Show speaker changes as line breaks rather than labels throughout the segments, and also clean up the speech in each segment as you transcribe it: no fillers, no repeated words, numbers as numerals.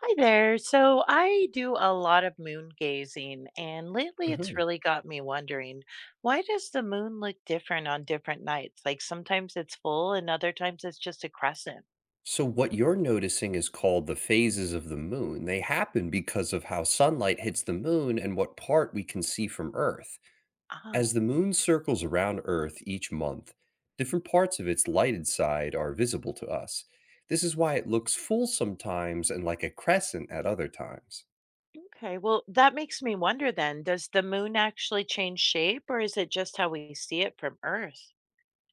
Hi there. So I do a lot of moon gazing, and lately it's
Mhm.
really got me wondering, why does the moon look different on different nights? Like sometimes it's full and other times it's just a crescent.
So what you're noticing is called the phases of the moon. They happen because of how sunlight hits the moon and what part we can see from Earth. As
Ah.
the moon circles around Earth each month, different parts of its lighted side are visible to us. This is why it looks full sometimes and like a crescent at other times.
Okay, well, that makes me wonder then, does the moon actually change shape or is it just how we see it from Earth?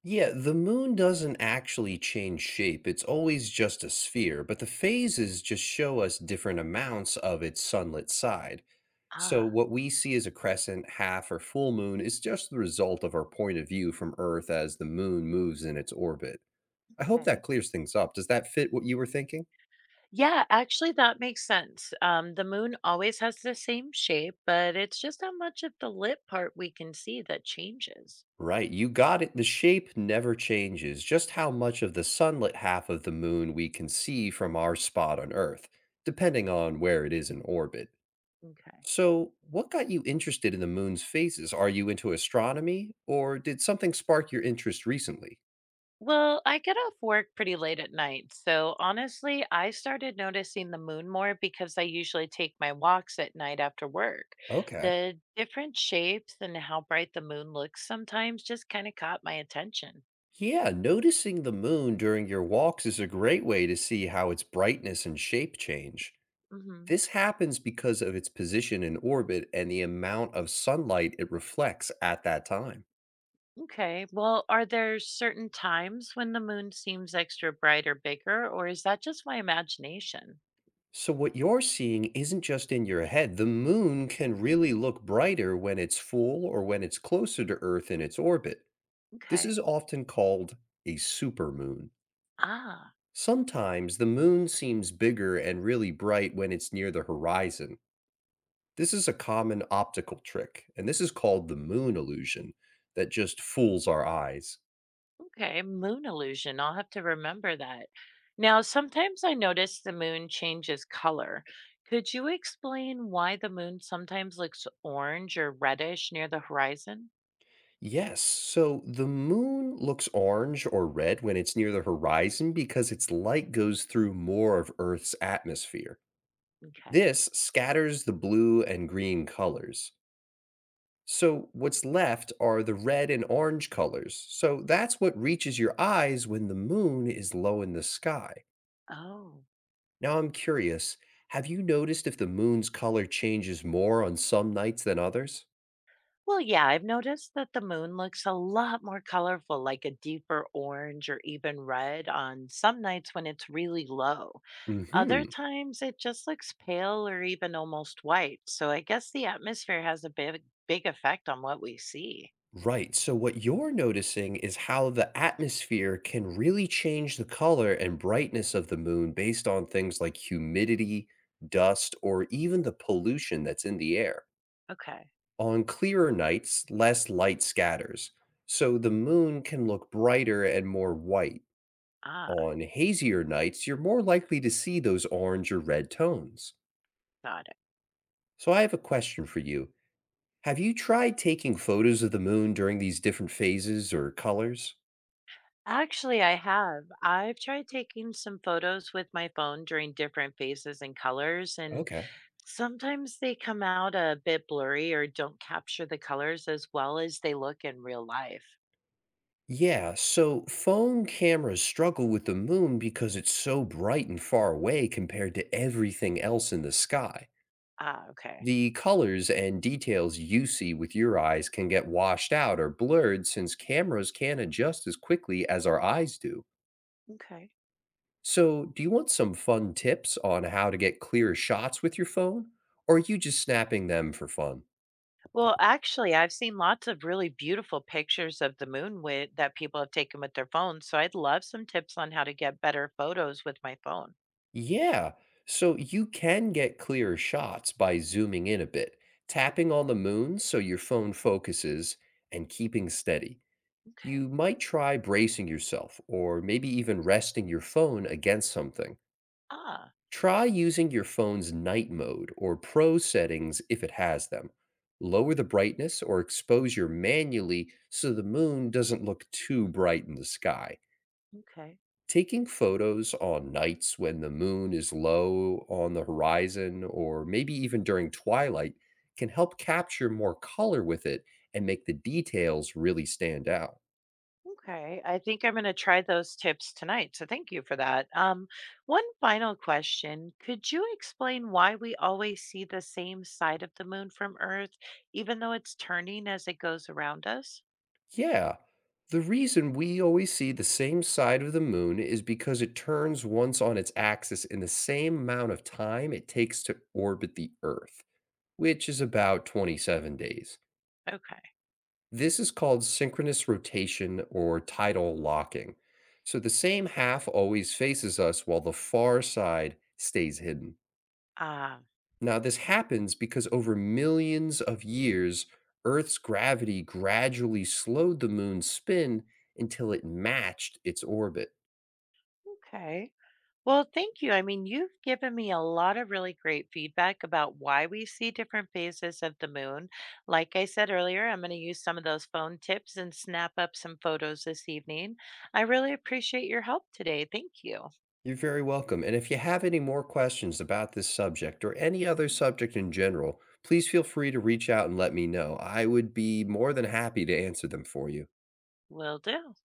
Yeah, the moon doesn't actually change shape. It's always just a sphere, but the phases just show us different amounts of its sunlit side. So,
Ah,
what we see as a crescent, half, or full moon is just the result of our point of view from Earth as the moon moves in its orbit. I hope
okay.
that clears things up. Does that fit what you were thinking?
Yeah, actually, that makes sense. The moon always has the same shape, but it's just how much of the lit part we can see that changes.
Right, you got it. The shape never changes, just how much of the sunlit half of the moon we can see from our spot on Earth, depending on where it is in orbit.
Okay.
So, what got you interested in the moon's phases? Are you into astronomy, or did something spark your interest recently?
Well, I get off work pretty late at night. So honestly, I started noticing the moon more because I usually take my walks at night after work.
Okay.
The different shapes and how bright the moon looks sometimes just kind of caught my attention.
Yeah, noticing the moon during your walks is a great way to see how its brightness and shape change.
Hmm.
This happens because of its position in orbit and the amount of sunlight it reflects at that time.
Okay. Well, are there certain times when the moon seems extra bright or bigger, or is that just my imagination?
So, what you're seeing isn't just in your head. The moon can really look brighter when it's full or when it's closer to Earth in its orbit. This is
Okay.
often called a supermoon.
Ah.
Sometimes the moon seems bigger and really bright when it's near the horizon. This is a common optical trick, and this is called the moon illusion that just fools our eyes.
Okay, moon illusion. I'll have to remember that. Now, sometimes I notice the moon changes color. Could you explain why the moon sometimes looks orange or reddish near the horizon?
Yes, so the moon looks orange or red when it's near the horizon because its light goes through more of Earth's atmosphere.
Okay.
This scatters the blue and green colors. So, what's left are the red and orange colors. So, that's what reaches your eyes when the moon is low in the sky.
Oh.
Now I'm curious, have you noticed if the moon's color changes more on some nights than others?
Well, yeah, I've noticed that the moon looks a lot more colorful, like a deeper orange or even red on some nights when it's really low. Other
Hmm.
times it just looks pale or even almost white. So I guess the atmosphere has a big, big effect on what we see.
Right. So what you're noticing is how the atmosphere can really change the color and brightness of the moon based on things like humidity, dust, or even the pollution that's in the air.
Okay.
On clearer nights, less light scatters, so the moon can look brighter and more white.
Ah,
On hazier nights, you're more likely to see those orange or red tones.
got it.
So I have a question for you. Have you tried taking photos of the moon during these different phases or colors?
Actually, I have. I've tried taking some photos with my phone during different phases and colors, and
Okay.
sometimes they come out a bit blurry or don't capture the colors as well as they look in real life.
Yeah, so phone cameras struggle with the moon because it's so bright and far away compared to everything else in the sky.
Ah, okay.
The colors and details you see with your eyes can get washed out or blurred since cameras can't adjust as quickly as our eyes do.
Okay.
So, do you want some fun tips on how to get clear shots with your phone? Or are you just snapping them for fun?
Well, actually, I've seen lots of really beautiful pictures of the moon with that people have taken with their phones, so I'd love some tips on how to get better photos with my phone.
Yeah. So you can get clearer shots by zooming in a bit, tapping on the moon so your phone focuses, and keeping steady. You
Okay.
might try bracing yourself or maybe even resting your phone against something.
Ah,
Try using your phone's night mode or pro settings if it has them. Lower the brightness or exposure manually so the moon doesn't look too bright in the sky.
okay.
Taking photos on nights when the moon is low on the horizon, or maybe even during twilight, can help capture more color with it and make the details really stand out.
Okay, I think I'm going to try those tips tonight. So thank you for that. One final question. Could you explain why we always see the same side of the moon from Earth, even though it's turning as it goes around us?
Yeah, the reason we always see the same side of the moon is because it turns once on its axis in the same amount of time it takes to orbit the Earth, which is about 27 days.
Okay.
This is called synchronous rotation or tidal locking. So the same half always faces us while the far side stays hidden.
Ah.
Now, this happens because over millions of years, Earth's gravity gradually slowed the moon's spin until it matched its orbit.
Okay. Well, thank you. I mean, you've given me a lot of really great feedback about why we see different phases of the moon. Like I said earlier, I'm going to use some of those phone tips and snap up some photos this evening. I really appreciate your help today. Thank you.
You're very welcome. And if you have any more questions about this subject or any other subject in general, please feel free to reach out and let me know. I would be more than happy to answer them for you.
Will do.